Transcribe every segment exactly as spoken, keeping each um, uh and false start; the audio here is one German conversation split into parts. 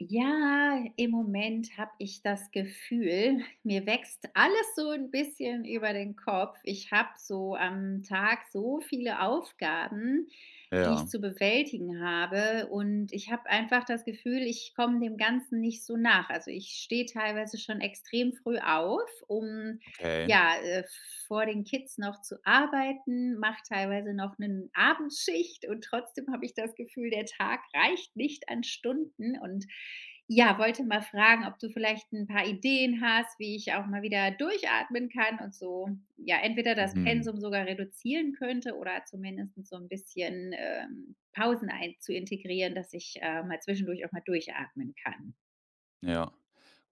Ja, im Moment habe ich das Gefühl, mir wächst alles so ein bisschen über den Kopf. Ich habe so am Tag so viele Aufgaben, die ich Ja, zu bewältigen habe und ich habe einfach das Gefühl, ich komme dem Ganzen nicht so nach. Also, ich stehe teilweise schon extrem früh auf, um okay. ja, äh, vor den Kids noch zu arbeiten, mache teilweise noch 'nen Abendschicht und trotzdem habe ich das Gefühl, der Tag reicht nicht an Stunden und ja, wollte mal fragen, ob du vielleicht ein paar Ideen hast, wie ich auch mal wieder durchatmen kann und so, ja, entweder das Mhm. Pensum sogar reduzieren könnte oder zumindest so ein bisschen, ähm, Pausen ein zu integrieren, dass ich, äh, mal zwischendurch auch mal durchatmen kann. Ja.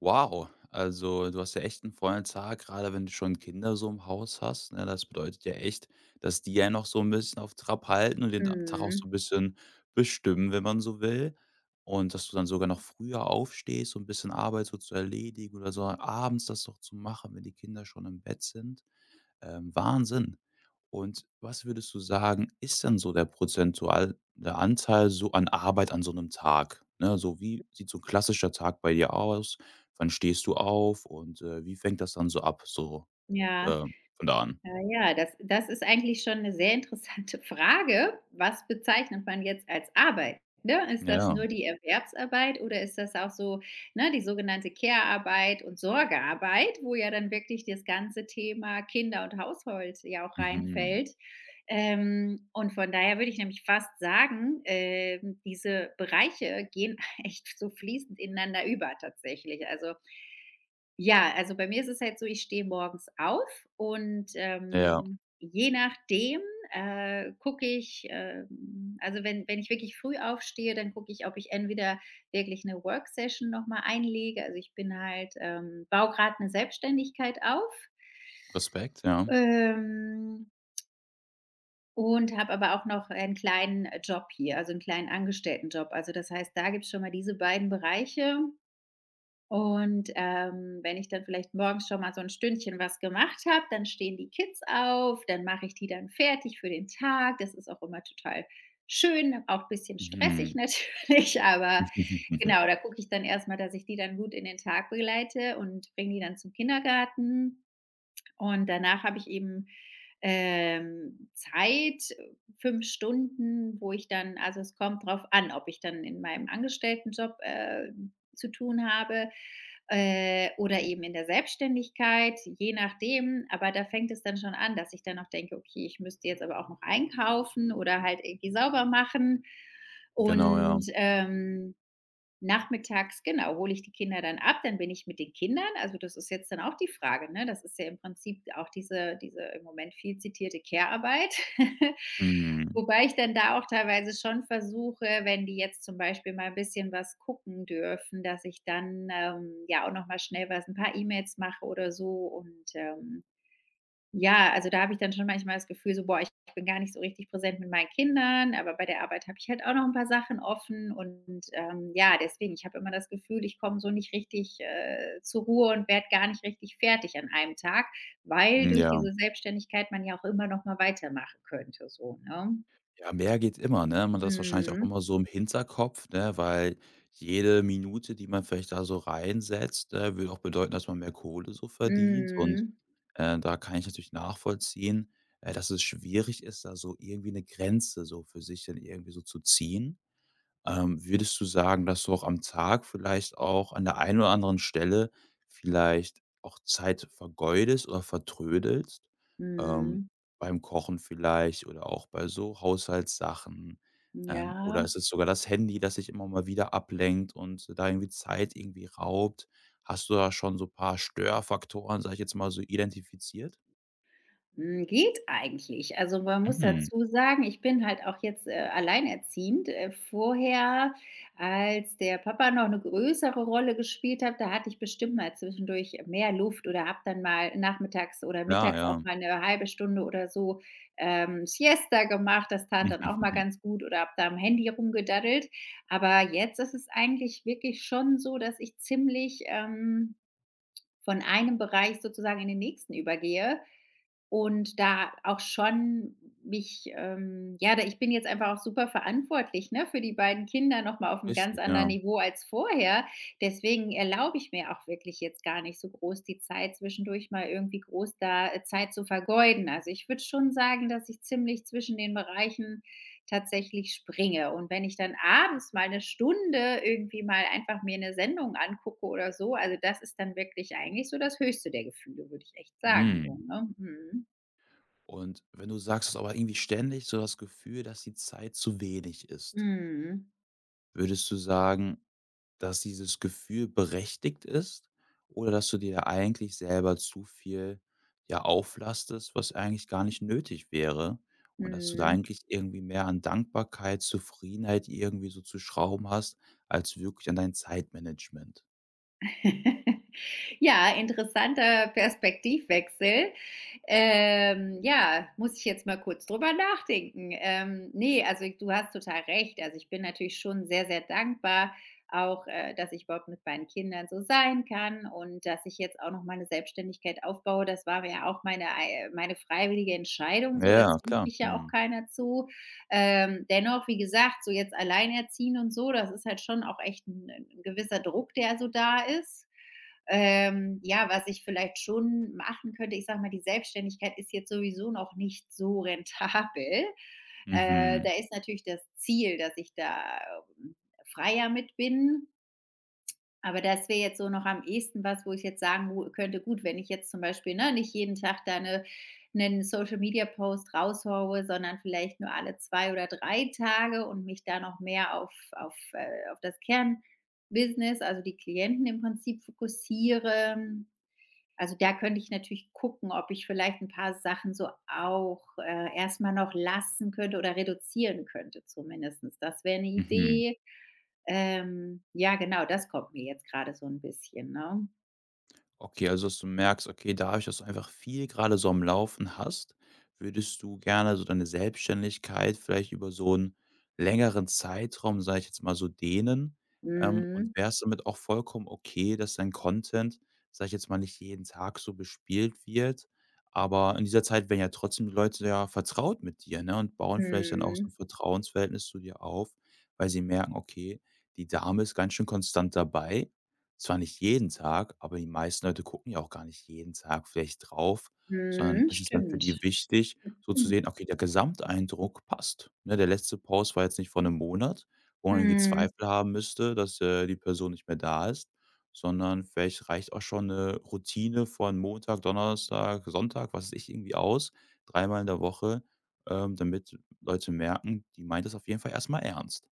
Wow, also du hast ja echt einen vollen Tag, gerade wenn du schon Kinder so im Haus hast, ne? Das bedeutet ja echt, dass die ja noch so ein bisschen auf Trab halten und den Ta Tag auch so ein Mhm. bisschen bestimmen, wenn man so will. Und dass du dann sogar noch früher aufstehst, so ein bisschen Arbeit so zu erledigen oder so abends das doch zu machen, wenn die Kinder schon im Bett sind. Ähm, Wahnsinn. Und was würdest du sagen, ist denn so der prozentuale Anteil so an Arbeit an so einem Tag? Ne, so wie sieht so ein klassischer Tag bei dir aus? Wann stehst du auf und, äh, wie fängt das dann so ab, so, Ja. äh, von da an? Ja, ja, das das ist eigentlich schon eine sehr interessante Frage. Was bezeichnet man jetzt als Arbeit, ne? Ist das Ja. nur die Erwerbsarbeit oder ist das auch so, ne, die sogenannte Care-Arbeit und Sorgearbeit, wo ja dann wirklich das ganze Thema Kinder und Haushalt ja auch Mhm. reinfällt. Ähm, und von daher würde ich nämlich fast sagen, ähm, diese Bereiche gehen echt so fließend ineinander über tatsächlich. Also ja, also bei mir ist es halt so, ich stehe morgens auf und, Ja. ähm, je nachdem, äh, gucke ich, ähm also wenn wenn ich wirklich früh aufstehe, dann gucke ich, ob ich entweder wirklich eine Work Session noch mal einlege. Also, ich bin halt ähm, baue gerade eine Selbstständigkeit auf, Respekt, ja. ähm, und habe aber auch noch einen kleinen Job hier, also einen kleinen Angestelltenjob. Also, das heißt, da gibt's schon mal diese beiden Bereiche. Und, ähm, wenn ich dann vielleicht morgens schon mal so ein Stündchen was gemacht habe, dann stehen die Kids auf, dann mache ich die dann fertig für den Tag. Das ist auch immer total schön, auch ein bisschen stressig Mhm. natürlich, aber genau, da gucke ich dann erstmal, dass ich die dann gut in den Tag begleite und bringe die dann zum Kindergarten. Und danach habe ich eben, ähm, Zeit, fünf Stunden, wo ich dann also, es kommt drauf an, ob ich dann in meinem Angestelltenjob, äh, zu tun habe, äh, oder eben in der Selbstständigkeit, je nachdem. Aber da fängt es dann schon an, dass ich dann noch denke: „Okay, ich müsste jetzt aber auch noch einkaufen oder halt irgendwie sauber machen.“ Genau, ja. Und, ähm Nachmittags, genau, hole ich die Kinder dann ab, dann bin ich mit den Kindern. Also, das ist jetzt dann auch die Frage, ne? Das ist ja im Prinzip auch diese diese im Moment viel zitierte Care-Arbeit. Mhm. Wobei ich dann da auch teilweise schon versuche, wenn die jetzt zum Beispiel mal ein bisschen was gucken dürfen, dass ich dann, ähm, ja auch noch mal schnell was ein paar E-Mails mache oder so und, ähm ja, also da habe ich dann schon manchmal das Gefühl so: „Boah, ich bin gar nicht so richtig präsent mit meinen Kindern, aber bei der Arbeit habe ich halt auch noch ein paar Sachen offen.“ Und, ähm, ja, deswegen, ich habe immer das Gefühl, ich komme so nicht richtig, äh, zur Ruhe und werde gar nicht richtig fertig an einem Tag, weil durch Ja. diese Selbstständigkeit man ja auch immer noch mal weitermachen könnte so, ne? Ja, mehr geht immer, ne? Man hat das wahrscheinlich auch Mhm. immer so im Hinterkopf, ne, weil jede Minute, die man vielleicht da so reinsetzt, äh, würde auch bedeuten, dass man mehr Kohle so verdient. Und, Mhm. äh, da kann ich natürlich nachvollziehen, äh, dass es schwierig ist, da so irgendwie eine Grenze so für sich dann irgendwie so zu ziehen. Ähm, würdest du sagen, dass du auch am Tag vielleicht auch an der einen oder anderen Stelle vielleicht auch Zeit vergeudest oder vertrödelst? Ähm, Mhm. Beim Kochen vielleicht oder auch bei so Haushaltssachen? Ähm, oder Ja. ist es sogar das Handy, das dich immer mal wieder ablenkt und da irgendwie Zeit irgendwie raubt? Hast du da schon so ein paar Störfaktoren, sag ich jetzt mal so, identifiziert? Hm, geht eigentlich. Also, man muss Mhm. dazu sagen, ich bin halt auch jetzt, äh, alleinerziehend. Äh, vorher, als der Papa noch eine größere Rolle gespielt hat, da hatte ich bestimmt mal zwischendurch mehr Luft oder habe dann mal nachmittags oder Ja, mittags auch ja. mal eine halbe Stunde oder so, ähm, Siesta gemacht. Das tat dann auch mal ganz gut oder habe da am Handy rumgedaddelt. Aber jetzt ist es eigentlich wirklich schon so, dass ich ziemlich, ähm, von einem Bereich sozusagen in den nächsten übergehe und da auch schon mich ähm, ja, da ich bin jetzt einfach auch super verantwortlich, ne, für die beiden Kinder noch mal auf einem ganz Richtig, anderen ja. Niveau als vorher. Deswegen erlaube ich mir auch wirklich jetzt gar nicht so groß die Zeit zwischendurch mal irgendwie groß da, äh, Zeit zu vergeuden. Also, ich würde schon sagen, dass ich ziemlich zwischen den Bereichen tatsächlich springe. Und wenn ich dann abends mal eine Stunde irgendwie mal einfach mir eine Sendung angucke oder so, also, das ist dann wirklich eigentlich so das höchste der Gefühle, würde ich echt sagen so, Mhm. ne? Mhm. Und wenn du sagst, du aber irgendwie ständig so das Gefühl, dass die Zeit zu wenig ist, Mhm. würdest du sagen, dass dieses Gefühl berechtigt ist oder dass du dir da eigentlich selber zu viel, ja, auflastest, was eigentlich gar nicht nötig wäre und dass du da Mhm. eigentlich irgendwie mehr an Dankbarkeit, Zufriedenheit irgendwie so zu schrauben hast, als wirklich an dein Zeitmanagement? Ja, interessanter Perspektivwechsel. Ähm, ja, muss ich jetzt mal kurz drüber nachdenken. Ähm, ne, also du hast total recht. Also, ich bin natürlich schon sehr, sehr dankbar auch, äh, dass ich überhaupt mit meinen Kindern so sein kann und dass ich jetzt auch noch mal 'ne Selbstständigkeit aufbaue. Das war ja auch meine ei meine freiwillige Entscheidung so, da Ja, zwingt klar. mich ja auch Mhm. keiner zu. Ähm, dennoch, wie gesagt, so jetzt alleinerziehen und so, das ist halt schon auch echt ein, ein gewisser Druck, der so da ist. Ähm, ja, was ich vielleicht schon machen könnte, ich sage mal, die Selbstständigkeit ist jetzt sowieso noch nicht so rentabel. Äh, Mhm. Da ist natürlich das Ziel, dass ich da ähm, freier mit bin. Aber das wäre jetzt so noch am ehesten was, wo ich jetzt sagen wo könnte: „Gut, wenn ich jetzt zum Beispiel, ne, nicht jeden Tag da eine 'nen Social-Media-Post raushaue, sondern vielleicht nur alle zwei oder drei Tage und mich da noch mehr auf auf, äh auf das Kernbusiness, also die Klienten im Prinzip fokussiere.“ Also, da könnte ich natürlich gucken, ob ich vielleicht ein paar Sachen so auch, äh, erst mal noch lassen könnte oder reduzieren könnte zumindestens. Das wäre eine Mhm. Idee. Ähm, ja, genau, das kommt mir jetzt gerade so 'n bisschen, ne? Okay, also dass du merkst, okay, dadurch, dass du einfach viel gerade so am Laufen hast, würdest du gerne so deine Selbstständigkeit vielleicht über so einen längeren Zeitraum, sage ich jetzt mal so, dehnen, ähm, und Mhm. wärst damit auch vollkommen okay, dass dein Content, sage ich jetzt mal, nicht jeden Tag so bespielt wird, aber in dieser Zeit werden ja trotzdem die Leute ja vertraut mit dir, ne, und bauen vielleicht dann auch so Mhm. ein Vertrauensverhältnis zu dir auf, weil sie merken: „Okay, die Dame ist ganz schön konstant dabei zwar nicht jeden Tag, aber die meisten Leute gucken ja auch gar nicht jeden Tag vielleicht drauf, sondern Mhm. es ist dann für die Stimmt. wichtig, so zu Mhm. sehen: „Okay, der Gesamteindruck passt.“ Ne, der letzte Post war jetzt nicht vor einem Monat, wo man irgendwie Mhm. Zweifel haben müsste, dass, äh, die Person nicht mehr da ist, sondern vielleicht reicht auch schon eine Routine von Montag, Donnerstag, Sonntag, was weiß ich, irgendwie aus, dreimal in der Woche, ähm, damit Leute merken, die meint das auf jeden Fall erstmal ernst.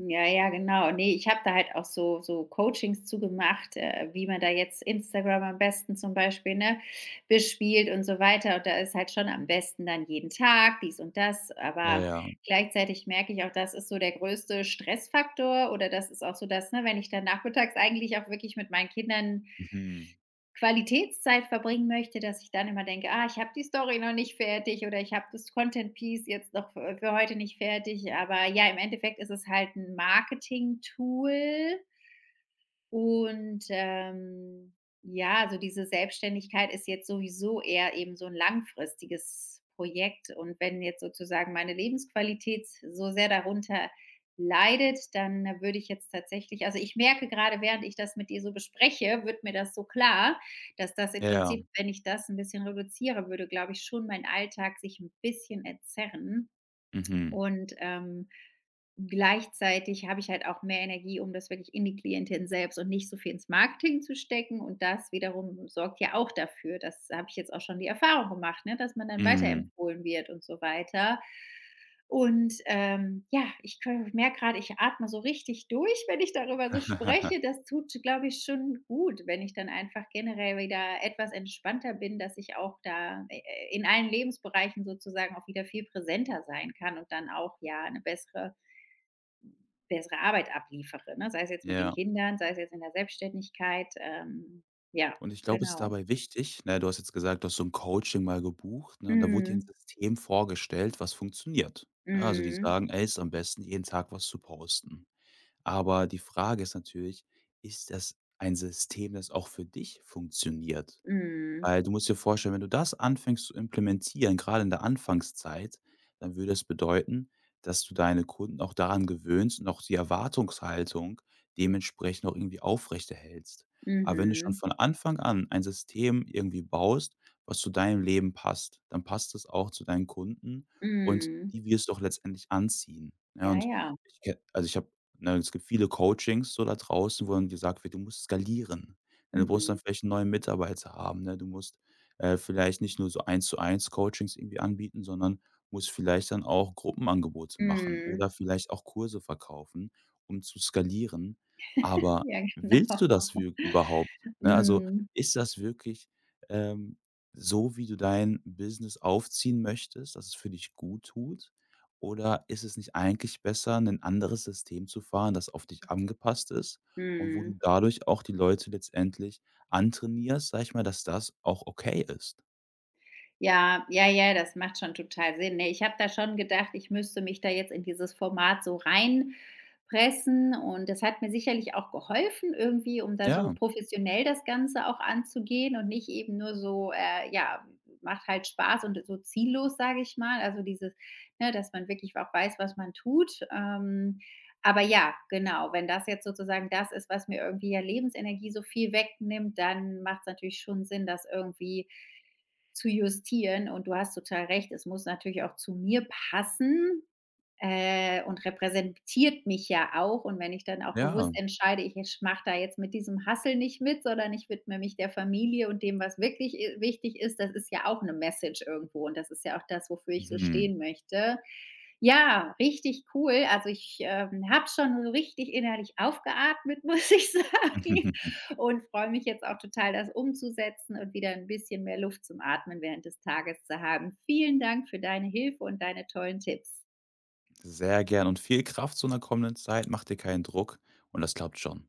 Ja, ja, genau. Ne, ich habe da halt auch so so Coachings zu gemacht, äh, wie man da jetzt Instagram am besten zum Beispiel, ne, bespielt und so weiter. Und da ist halt schon am besten dann jeden Tag dies und das. Ja, Aber ja. gleichzeitig merke ich auch, das ist so der größte Stressfaktor oder das ist auch so das, ne, wenn ich dann nachmittags eigentlich auch wirklich mit meinen Kindern Mhm. Qualitätszeit verbringen möchte, dass ich dann immer denke: „Ah, ich habe die Story noch nicht fertig“ oder „Ich habe das Content Piece jetzt noch für für heute nicht fertig.“ Aber ja, im Endeffekt ist es halt ein Marketing-Tool, und, ähm, ja, also diese Selbstständigkeit ist jetzt sowieso eher eben so ein langfristiges Projekt. Und wenn jetzt sozusagen meine Lebensqualität so sehr darunter leidet, dann äh, würde ich jetzt tatsächlich also, ich merke gerade, während ich das mit dir so bespreche, wird mir das so klar, dass das im Ja, ja. Prinzip, wenn ich das ein bisschen reduziere, würde, glaube ich, schon mein Alltag sich ein bisschen entzerren. Mhm. Und, ähm, gleichzeitig habe ich halt auch mehr Energie, um das wirklich in die Klientin selbst und nicht so viel ins Marketing zu stecken. Und das wiederum sorgt ja auch dafür, das habe ich jetzt auch schon die Erfahrung gemacht, ne, dass man dann Mhm. weiterempfohlen wird und so weiter. Und, ähm, ja, ich merke gerade, ich atme so richtig durch, wenn ich darüber so spreche. Das tut, glaube ich, schon gut, wenn ich dann einfach generell wieder etwas entspannter bin, dass ich auch da, äh, in allen Lebensbereichen sozusagen auch wieder viel präsenter sein kann und dann auch, ja, eine bessere bessere Arbeit abliefere, ne? Sei es jetzt mit den Ja, Kindern, sei es jetzt in der Selbstständigkeit, ähm, ja, und ich glaube, es ist genau. dabei wichtig, ne, du hast jetzt gesagt, du hast so ein Coaching mal gebucht, ne, und da wurde dir ein Mhm. System vorgestellt, was funktioniert. Ja, also, die Mhm. sagen: „Ey, ist am besten, jeden Tag was zu posten.“ Aber die Frage ist natürlich, ist das ein System, das auch für dich funktioniert? Mhm. Weil du musst dir vorstellen, wenn du das anfängst zu implementieren, gerade in der Anfangszeit, dann würde es bedeuten, dass du deine Kunden auch daran gewöhnst und auch die Erwartungshaltung dementsprechend auch irgendwie aufrechterhältst. Aber wenn du schon Mhm. von Anfang an ein System irgendwie baust, was zu deinem Leben passt, dann passt es auch zu deinen Kunden und Mhm. die wirst du auch letztendlich anziehen, ja? Ja, Und ja. ich ke also, ich habe, ne, es gibt viele Coachings so da draußen, wo dann gesagt wird: „Du musst skalieren.“ Denn du musst dann Mhm. vielleicht 'n neuen Mitarbeiter haben, ne? Du musst, äh, vielleicht nicht nur so Eins-zu-eins Coachings irgendwie anbieten, sondern musst vielleicht dann auch Gruppenangebote machen Mhm. oder vielleicht auch Kurse verkaufen, um zu skalieren. Aber Ja, genau. willst du das wirk überhaupt, ne? Also, Mhm. ist das wirklich, ähm, so, wie du dein Business aufziehen möchtest, dass es für dich gut tut? Oder ist es nicht eigentlich besser, ein anderes System zu fahren, das auf dich angepasst ist? Und wo du Mhm. dadurch auch die Leute letztendlich antrainierst, sage ich mal, dass das auch okay ist. Ja, ja, ja, das macht schon total Sinn. Ne, ich habe da schon gedacht, ich müsste mich da jetzt in dieses Format so reinpressen und das hat mir sicherlich auch geholfen irgendwie, um da so Ja, professionell das Ganze auch anzugehen und nicht eben nur so, äh, ja, macht halt Spaß und so ziellos, sage ich mal. Also dieses, ne, dass man wirklich auch weiß, was man tut. Ähm, aber ja, genau, wenn das jetzt sozusagen das ist, was mir irgendwie ja Lebensenergie so viel wegnimmt, dann macht es natürlich schon Sinn, das irgendwie zu justieren. Und du hast total recht, es muss natürlich auch zu mir passen, äh, und repräsentiert mich ja auch. Und wenn ich dann auch ja. bewusst entscheide, ich mache da jetzt mit diesem Hustle nicht mit, sondern ich widme mich der Familie und dem, was wirklich i wichtig ist, das ist ja auch eine Message irgendwo und das ist ja auch das, wofür ich so Mhm. stehen möchte. Ja, richtig cool. Also, ich, ähm, habe schon so richtig innerlich aufgeatmet, muss ich sagen, und freue mich jetzt auch total, das umzusetzen und wieder ein bisschen mehr Luft zum Atmen während des Tages zu haben. Vielen Dank für deine Hilfe und deine tollen Tipps. Sehr gern und viel Kraft zu 'ner kommenden Zeit. Mach dir keinen Druck und das klappt schon.